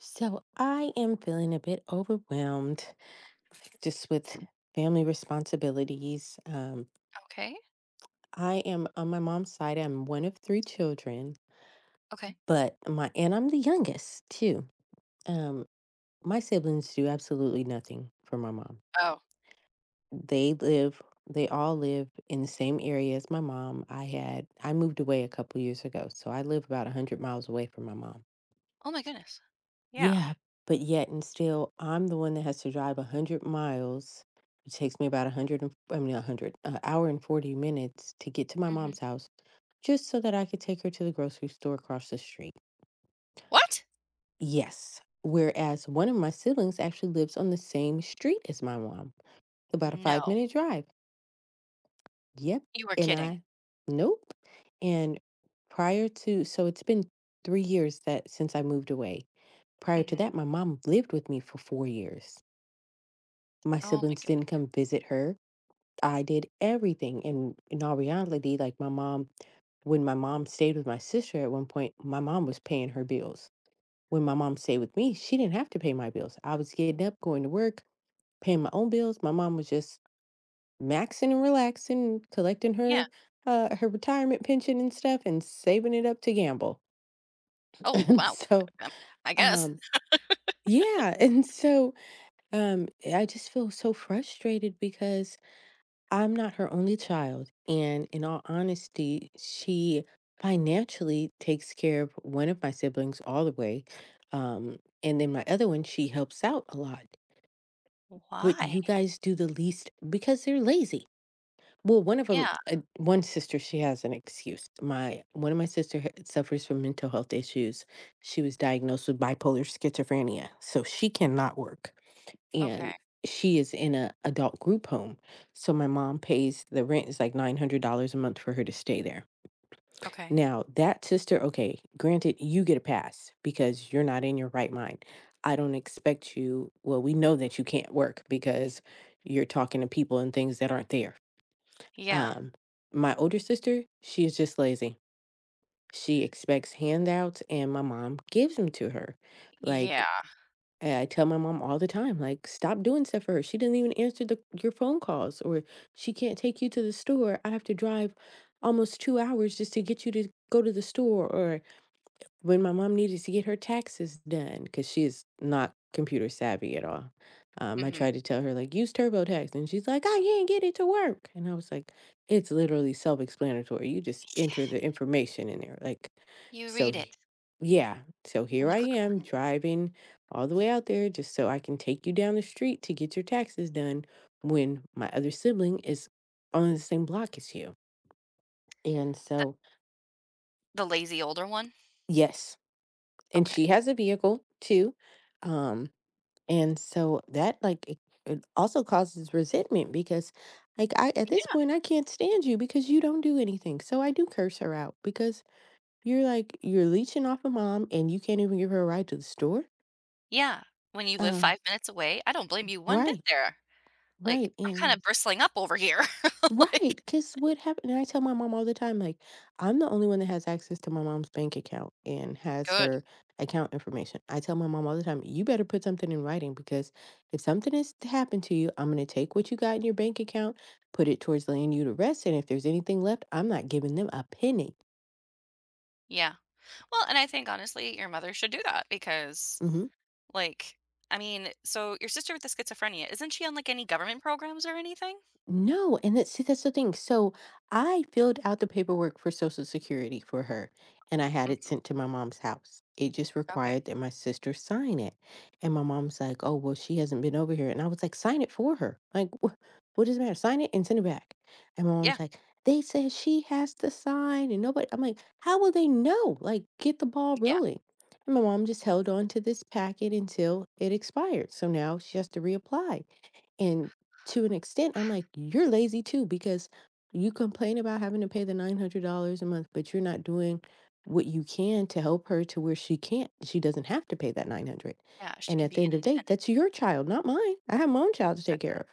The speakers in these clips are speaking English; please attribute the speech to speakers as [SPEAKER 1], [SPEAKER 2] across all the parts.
[SPEAKER 1] So I am feeling a bit overwhelmed just with family responsibilities.
[SPEAKER 2] Okay.
[SPEAKER 1] I am on my mom's side. I'm one of three children,
[SPEAKER 2] Okay.
[SPEAKER 1] but my and I'm the youngest too. Um, my siblings do absolutely nothing for my mom.
[SPEAKER 2] Oh.
[SPEAKER 1] They live, they all live in the same area as my mom. I moved away a couple years ago, so I live about 100 miles away from my mom.
[SPEAKER 2] Oh my goodness. Yeah.
[SPEAKER 1] Yeah, but yet and still, I'm the one that has to drive 100 miles. It takes me about 100, an hour and 40 minutes to get to my mom's
[SPEAKER 2] Mhm.
[SPEAKER 1] house just so that I could take her to the grocery store across the street.
[SPEAKER 2] What?
[SPEAKER 1] Yes. Whereas one of my siblings actually lives on the same street as my mom, about a five
[SPEAKER 2] No.
[SPEAKER 1] minute drive. Yep.
[SPEAKER 2] You were
[SPEAKER 1] And
[SPEAKER 2] kidding.
[SPEAKER 1] I, nope. And so it's been 3 years that since I moved away. Prior to
[SPEAKER 2] Mhm.
[SPEAKER 1] that, my mom lived with me for 4 years. My
[SPEAKER 2] Oh my
[SPEAKER 1] siblings didn't
[SPEAKER 2] goodness.
[SPEAKER 1] come visit her. I did everything. And in all reality, when my mom stayed with my sister at one point, my mom was paying her bills. When my mom stayed with me, she didn't have to pay my bills. I was getting up, going to work, paying my own bills. My mom was just maxing and relaxing, collecting
[SPEAKER 2] Yeah.
[SPEAKER 1] her her retirement pension and stuff, and saving it up to gamble.
[SPEAKER 2] Oh,
[SPEAKER 1] and
[SPEAKER 2] wow.
[SPEAKER 1] so,
[SPEAKER 2] I, um, I guess.
[SPEAKER 1] um, yeah, and so um, I just feel so frustrated because I'm not her only child, and in all honesty, she financially takes care of one of my siblings all the way, um, and then my other one, she helps out a lot. But
[SPEAKER 2] Why?
[SPEAKER 1] you guys do the least because they're lazy. Well,
[SPEAKER 2] Yeah.
[SPEAKER 1] one sister, she has an excuse. My one of my sister ha- suffers from mental health issues. She was diagnosed with bipolar schizophrenia, so she cannot work
[SPEAKER 2] Okay.
[SPEAKER 1] and she is in a adult group home. So my mom pays the rent is like $900 a month for her to stay there.
[SPEAKER 2] Okay.
[SPEAKER 1] Now, that sister, okay, granted you get a pass because you're not in your right mind. I don't expect you, well, we know that you can't work because you're talking to people and things that aren't there.
[SPEAKER 2] Yeah.
[SPEAKER 1] Um my older sister, she is just lazy. She expects handouts and my mom gives them to her.
[SPEAKER 2] Yeah.
[SPEAKER 1] Like, and I tell my mom all the time, like, "Stop doing stuff for her. She doesn't even answer the your phone calls, or she can't take you to the store. I have to drive almost 2 hours just to get you to go to the store, or when my mom needed to get her taxes done because she's not computer savvy at all. I
[SPEAKER 2] Mhm.
[SPEAKER 1] tried to tell her like use TurboTax, and she's like, "I can't get it to work." And I was like, "It's literally self-explanatory. You just enter the information in there."
[SPEAKER 2] You
[SPEAKER 1] So
[SPEAKER 2] read
[SPEAKER 1] he-
[SPEAKER 2] it
[SPEAKER 1] yeah, so
[SPEAKER 2] and
[SPEAKER 1] here
[SPEAKER 2] you
[SPEAKER 1] I
[SPEAKER 2] click
[SPEAKER 1] am
[SPEAKER 2] on
[SPEAKER 1] driving all the way out there just so I can take you down the street to get your taxes done when my other sibling is on the same block as you. And
[SPEAKER 2] The,
[SPEAKER 1] so,
[SPEAKER 2] the lazy older one?
[SPEAKER 1] yes, and
[SPEAKER 2] Okay.
[SPEAKER 1] she has a vehicle too. um and so that it also causes resentment because like, I at this
[SPEAKER 2] Yeah.
[SPEAKER 1] point I can't stand you because you don't do anything, so I do curse her out because you're like, you're leeching off of mom and you can't even give her a ride to the store.
[SPEAKER 2] Yeah. When you live
[SPEAKER 1] uh
[SPEAKER 2] 5 minutes away, I don't blame you one bit
[SPEAKER 1] right,
[SPEAKER 2] there. Like,
[SPEAKER 1] right
[SPEAKER 2] I'm kind
[SPEAKER 1] and
[SPEAKER 2] of bristling up over here.
[SPEAKER 1] Right,
[SPEAKER 2] like,
[SPEAKER 1] because what happened, and I tell my mom all the time, like, I'm the only one that has access to my mom's bank account and has
[SPEAKER 2] Good.
[SPEAKER 1] her account information. I tell my mom all the time, "You better put something in writing because if something is to happen to you, I'm gonna take what you got in your bank account, put it towards laying you to rest, and if there's anything left, I'm not giving them a penny."
[SPEAKER 2] Yeah. Well, and I think honestly, your mother should do that because
[SPEAKER 1] Mhm.
[SPEAKER 2] like, I mean, so your sister with the schizophrenia, isn't she on, like, any government programs or anything?
[SPEAKER 1] No, and that see, that's the thing. So I filled out the paperwork for Social Security for her, and I had it
[SPEAKER 2] Mhm.
[SPEAKER 1] sent to my mom's house. It just
[SPEAKER 2] Okay.
[SPEAKER 1] required that my sister sign it. And my mom's like, oh, well, she hasn't been over here. And I was like, sign it for her. What does it matter? Sign it and send it back. And my
[SPEAKER 2] Yeah,
[SPEAKER 1] mom's like, they said she has to sign, and nobody, I'm like, how will they know? Like, get the ball
[SPEAKER 2] yeah,
[SPEAKER 1] rolling. And my mom just held on to this packet until it expired. So now she has to reapply. And to an extent, I'm like, you're lazy too because you complain about having to pay the $900 a month, but you're not doing what you can to help her to where she doesn't have to pay that 900.
[SPEAKER 2] yeah, she
[SPEAKER 1] And
[SPEAKER 2] can
[SPEAKER 1] at the
[SPEAKER 2] be an
[SPEAKER 1] end of the day,
[SPEAKER 2] independent.
[SPEAKER 1] that's your child, not mine. I have my own child to take
[SPEAKER 2] Exactly.
[SPEAKER 1] care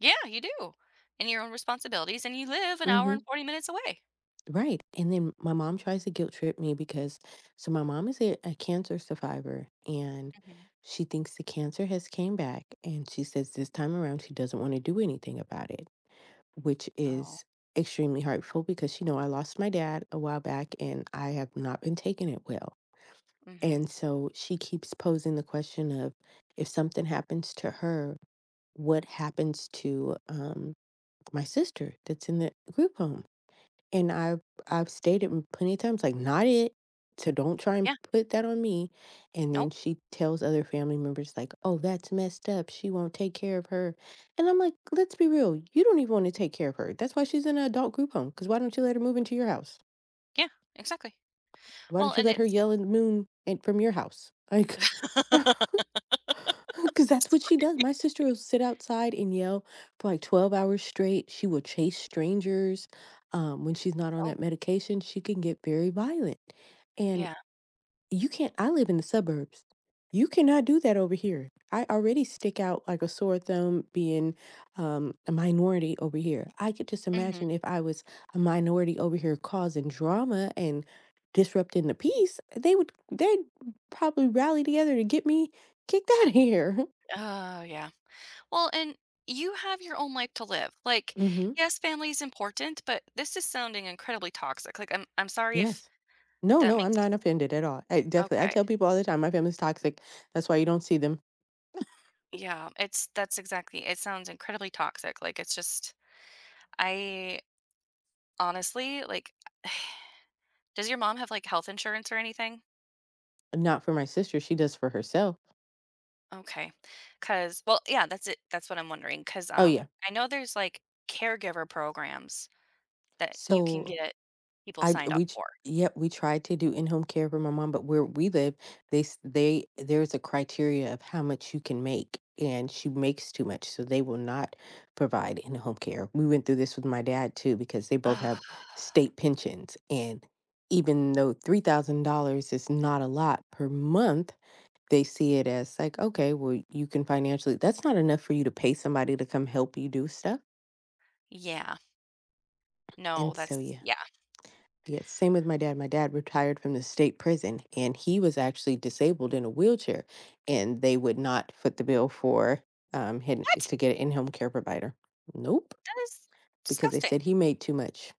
[SPEAKER 2] Yeah, you do, and your own responsibilities, and you live an
[SPEAKER 1] of.
[SPEAKER 2] hour
[SPEAKER 1] Hmm.
[SPEAKER 2] and 40 minutes away.
[SPEAKER 1] Right. And then my mom tries to guilt trip me because, so my mom is a cancer survivor and
[SPEAKER 2] Mhm.
[SPEAKER 1] she thinks the cancer has came back and she says this time around she doesn't want to do anything about it, which
[SPEAKER 2] Oh,
[SPEAKER 1] is extremely hurtful because you know I lost my dad a while back and I have not been taking it well.
[SPEAKER 2] mhm.
[SPEAKER 1] And so she keeps posing the question of if something happens to her, what happens to my sister that's in the group home? And I've stated m plenty of times, like, "Not it, so don't try and
[SPEAKER 2] Yeah,
[SPEAKER 1] put that on me." And then
[SPEAKER 2] nope,
[SPEAKER 1] she tells other family members like, "Oh, that's messed up, she won't take care of her." And I'm like, "Let's be real, you don't even wanna take care of her, that's why she's in an adult group home. Cause why don't you let her move into your house?
[SPEAKER 2] yeah, exactly.
[SPEAKER 1] Why
[SPEAKER 2] Well,
[SPEAKER 1] don't you
[SPEAKER 2] and
[SPEAKER 1] let her
[SPEAKER 2] it's.
[SPEAKER 1] yell in the moon and from your house? Like Because that's what she does. My sister will sit outside and yell for like 12 hours straight. She will chase strangers. When she's not on
[SPEAKER 2] Oh,
[SPEAKER 1] that medication, she can get very violent. And
[SPEAKER 2] yeah.
[SPEAKER 1] you can't I live in the suburbs. You cannot do that over here. I already stick out like a sore thumb being, a minority over here. I could just
[SPEAKER 2] Mhm.
[SPEAKER 1] imagine if I was a minority over here causing drama and disrupting the peace, they'd probably rally together to get me kicked out of here.
[SPEAKER 2] Oh, yeah. Well, and you have your own life to live. Like,
[SPEAKER 1] Mhm.
[SPEAKER 2] yes, family is important, but this is sounding incredibly toxic. Like, I'm sorry if
[SPEAKER 1] Yes.
[SPEAKER 2] that
[SPEAKER 1] No, I'm
[SPEAKER 2] makes you.
[SPEAKER 1] not offended at all. I
[SPEAKER 2] Okay.
[SPEAKER 1] tell people all the time, my family's toxic. That's why you don't see them.
[SPEAKER 2] Yeah, it's that's exactly, it sounds incredibly toxic. Like, it's just I, honestly, like, does your mom have, like, health insurance or anything?
[SPEAKER 1] Not for my sister, she does for herself.
[SPEAKER 2] Okay, because well, yeah, that's it, that's what I'm wondering. Because
[SPEAKER 1] Oh, yeah.
[SPEAKER 2] I know there's, like, caregiver programs that you can
[SPEAKER 1] So,
[SPEAKER 2] get people
[SPEAKER 1] I j-
[SPEAKER 2] signed up
[SPEAKER 1] we ch
[SPEAKER 2] for.
[SPEAKER 1] Yep, we tried to do in-home care for my mom, but where we live, they s they there's a criteria of how much you can make, and she makes too much, so they will not provide in-home care. We went through this with my dad too because they both have
[SPEAKER 2] Ugh,
[SPEAKER 1] state pensions, and even though $3,000 is not a lot per month, they see it as like, "Okay, well, you can financially that's not enough for you to pay somebody to come help you do stuff."
[SPEAKER 2] yeah. No,
[SPEAKER 1] And so,
[SPEAKER 2] that's
[SPEAKER 1] yeah.
[SPEAKER 2] yeah.
[SPEAKER 1] Yeah, same with my dad. My dad retired from the state prison and he was actually disabled in a wheelchair and they would not foot the bill for him
[SPEAKER 2] What?
[SPEAKER 1] to get an in-home care provider. Nope,
[SPEAKER 2] That is
[SPEAKER 1] because they
[SPEAKER 2] disgusting.
[SPEAKER 1] said he made too much.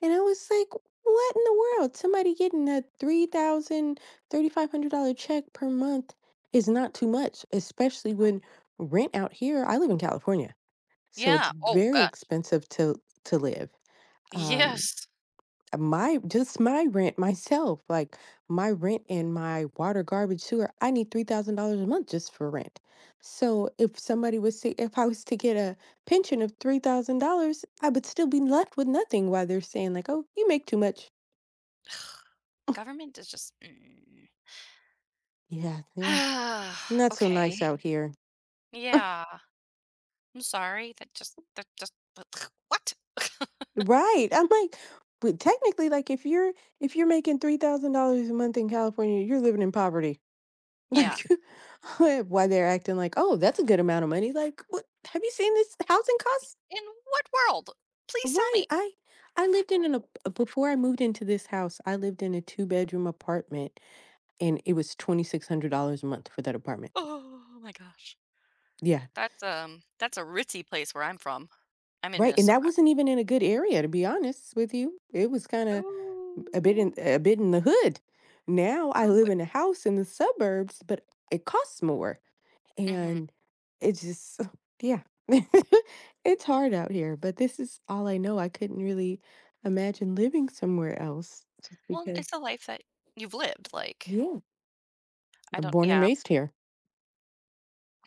[SPEAKER 1] And I was like, what in the world? Somebody getting a three thousand dollars dollars check per month is not too much, especially
[SPEAKER 2] No.
[SPEAKER 1] when rent out here, I live in California. So it's
[SPEAKER 2] Yeah. Oh,
[SPEAKER 1] very
[SPEAKER 2] gosh.
[SPEAKER 1] expensive to live. Um,
[SPEAKER 2] Yes.
[SPEAKER 1] my just my rent myself, like my rent and my water, garbage, sewer, I need $3,000 a month just for rent. So if I was to get a pension of $3,000, I would still be left with nothing while they're saying like, oh, you make too much.
[SPEAKER 2] Ugh, Government is just mm.
[SPEAKER 1] Yeah, they're not so nice
[SPEAKER 2] Okay.
[SPEAKER 1] out here.
[SPEAKER 2] Yeah. I'm sorry. That just what?
[SPEAKER 1] Right. I'm like, but technically, like if you're making $3,000 a month in California, you're living in poverty.
[SPEAKER 2] Yeah.
[SPEAKER 1] Like, why they're acting like, "Oh, that's a good amount of money." Like, "What? Have you seen this housing costs?"
[SPEAKER 2] In what world? Please tell
[SPEAKER 1] Right,
[SPEAKER 2] me.
[SPEAKER 1] I I lived in an ap before I moved into this house, I lived in a two-bedroom apartment, and it was $2,600 a month for that apartment.
[SPEAKER 2] Oh my gosh.
[SPEAKER 1] Yeah,
[SPEAKER 2] That's a ritzy place where I'm from. I'm in
[SPEAKER 1] right, and that
[SPEAKER 2] Minnesota.
[SPEAKER 1] wasn't even in a good area, to be honest with you. It was kinda
[SPEAKER 2] Oh.
[SPEAKER 1] a bit in the hood. Now I
[SPEAKER 2] Oh boy.
[SPEAKER 1] live in a house in the suburbs, but it costs more.
[SPEAKER 2] Mhm.
[SPEAKER 1] And it's just yeah. It's hard out here, but this is all I know. I couldn't really imagine living somewhere else just
[SPEAKER 2] Well,
[SPEAKER 1] because
[SPEAKER 2] it's a life that you've lived, like,
[SPEAKER 1] yeah,
[SPEAKER 2] I
[SPEAKER 1] I'm
[SPEAKER 2] don't.
[SPEAKER 1] born and
[SPEAKER 2] Yeah.
[SPEAKER 1] raised here.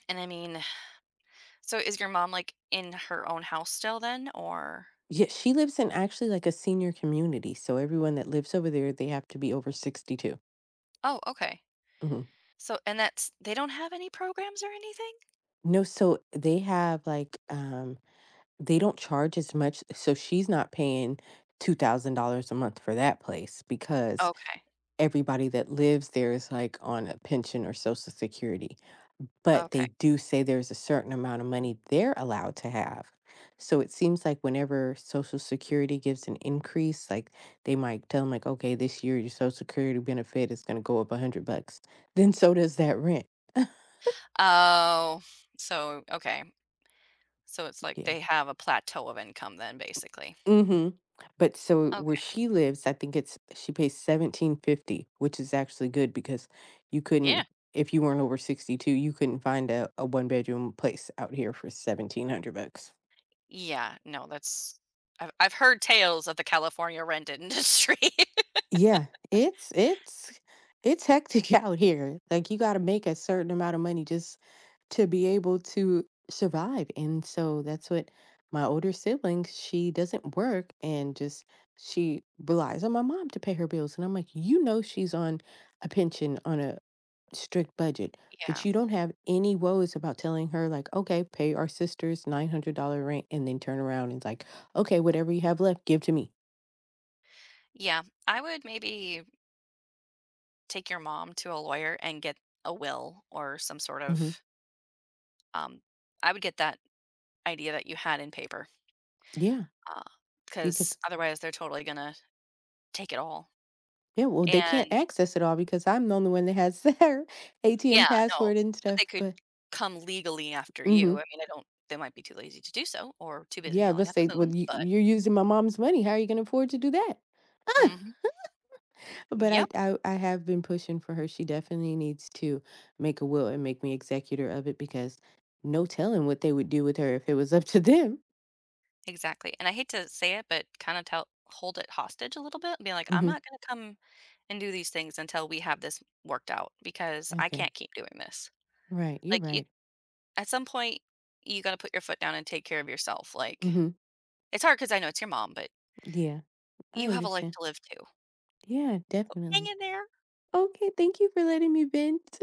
[SPEAKER 2] And I mean, so is your mom like in her own house still, then, or
[SPEAKER 1] Yeah, she lives in actually like a senior community, so everyone that lives over there, they have to be over 62.
[SPEAKER 2] Oh, okay.
[SPEAKER 1] Mhm.
[SPEAKER 2] So and that's they don't have any programs or anything?
[SPEAKER 1] No, so they have like they don't charge as much, so she's not paying $2,000 a month for that place because
[SPEAKER 2] Okay.
[SPEAKER 1] everybody that lives there is like on a pension or social security, but they
[SPEAKER 2] Okay.
[SPEAKER 1] do say there's a certain amount of money they're allowed to have. So it seems like whenever social security gives an increase, like they might tell them like, okay, this year your social security benefit is going to go up $100. Then so does that rent.
[SPEAKER 2] Oh, so okay. So it's like
[SPEAKER 1] Yeah.
[SPEAKER 2] they have a plateau of income then, basically.
[SPEAKER 1] Mhm. But so where
[SPEAKER 2] Okay.
[SPEAKER 1] she lives, I think it's she pays 1750, which is actually good because you
[SPEAKER 2] Yeah.
[SPEAKER 1] couldn't if you weren't over 62, you couldn't find a one-bedroom place out here for 1,700 bucks.
[SPEAKER 2] Yeah. No, that's I've heard tales of the California rent industry.
[SPEAKER 1] Yeah, it's it's it's hectic out here. Like you gotta make a certain amount of money just to be able to survive. And so that's what my older sibling, she doesn't work and just she relies on my mom to pay her bills. And I'm like, you know she's on a pension on a strict budget, but
[SPEAKER 2] Yeah.
[SPEAKER 1] you don't have any woes about telling her like, okay, pay our sister's $900 rent and then turn around and like, okay, whatever you have left, give to me.
[SPEAKER 2] Yeah. I would maybe take your mom to a lawyer and get a will or some sort
[SPEAKER 1] Hmm.
[SPEAKER 2] of um I would get that idea that you had in paper.
[SPEAKER 1] Yeah.
[SPEAKER 2] Uh, Because
[SPEAKER 1] Because
[SPEAKER 2] otherwise they're totally gonna take it all.
[SPEAKER 1] yeah, well, they can't
[SPEAKER 2] And
[SPEAKER 1] access it all because I'm the only one that has their ATM
[SPEAKER 2] yeah, no,
[SPEAKER 1] password and
[SPEAKER 2] but
[SPEAKER 1] stuff,
[SPEAKER 2] they could
[SPEAKER 1] but
[SPEAKER 2] come legally after you. I
[SPEAKER 1] mhm.
[SPEAKER 2] mean, I don't, they might be too lazy to do so or too busy
[SPEAKER 1] Yeah,
[SPEAKER 2] yelling
[SPEAKER 1] let's
[SPEAKER 2] at
[SPEAKER 1] say,
[SPEAKER 2] the
[SPEAKER 1] "Well,
[SPEAKER 2] moon, but
[SPEAKER 1] you're using my mom's money, how are you gonna afford to do that?"
[SPEAKER 2] Mhm.
[SPEAKER 1] But
[SPEAKER 2] Yep,
[SPEAKER 1] I have been pushing for her, she definitely needs to make a will and make me executor of it because no telling what they would do with her if it was up to them.
[SPEAKER 2] exactly, and I hate to say it, but kinda tell, hold it hostage a little bit, and be like, "I'm
[SPEAKER 1] Mhm.
[SPEAKER 2] not gonna come and do these things until we have this worked out because I
[SPEAKER 1] Okay.
[SPEAKER 2] can't keep doing this."
[SPEAKER 1] Right, you're
[SPEAKER 2] Like, you,
[SPEAKER 1] right.
[SPEAKER 2] at some point, you gotta put your foot down and take care of yourself, like,
[SPEAKER 1] Mhm.
[SPEAKER 2] it's hard because I know it's your mom, but
[SPEAKER 1] Yeah, I
[SPEAKER 2] you have a life
[SPEAKER 1] understand.
[SPEAKER 2] to live too.
[SPEAKER 1] Yeah,
[SPEAKER 2] Hang
[SPEAKER 1] definitely.
[SPEAKER 2] in there.
[SPEAKER 1] Okay, thank you for letting me vent.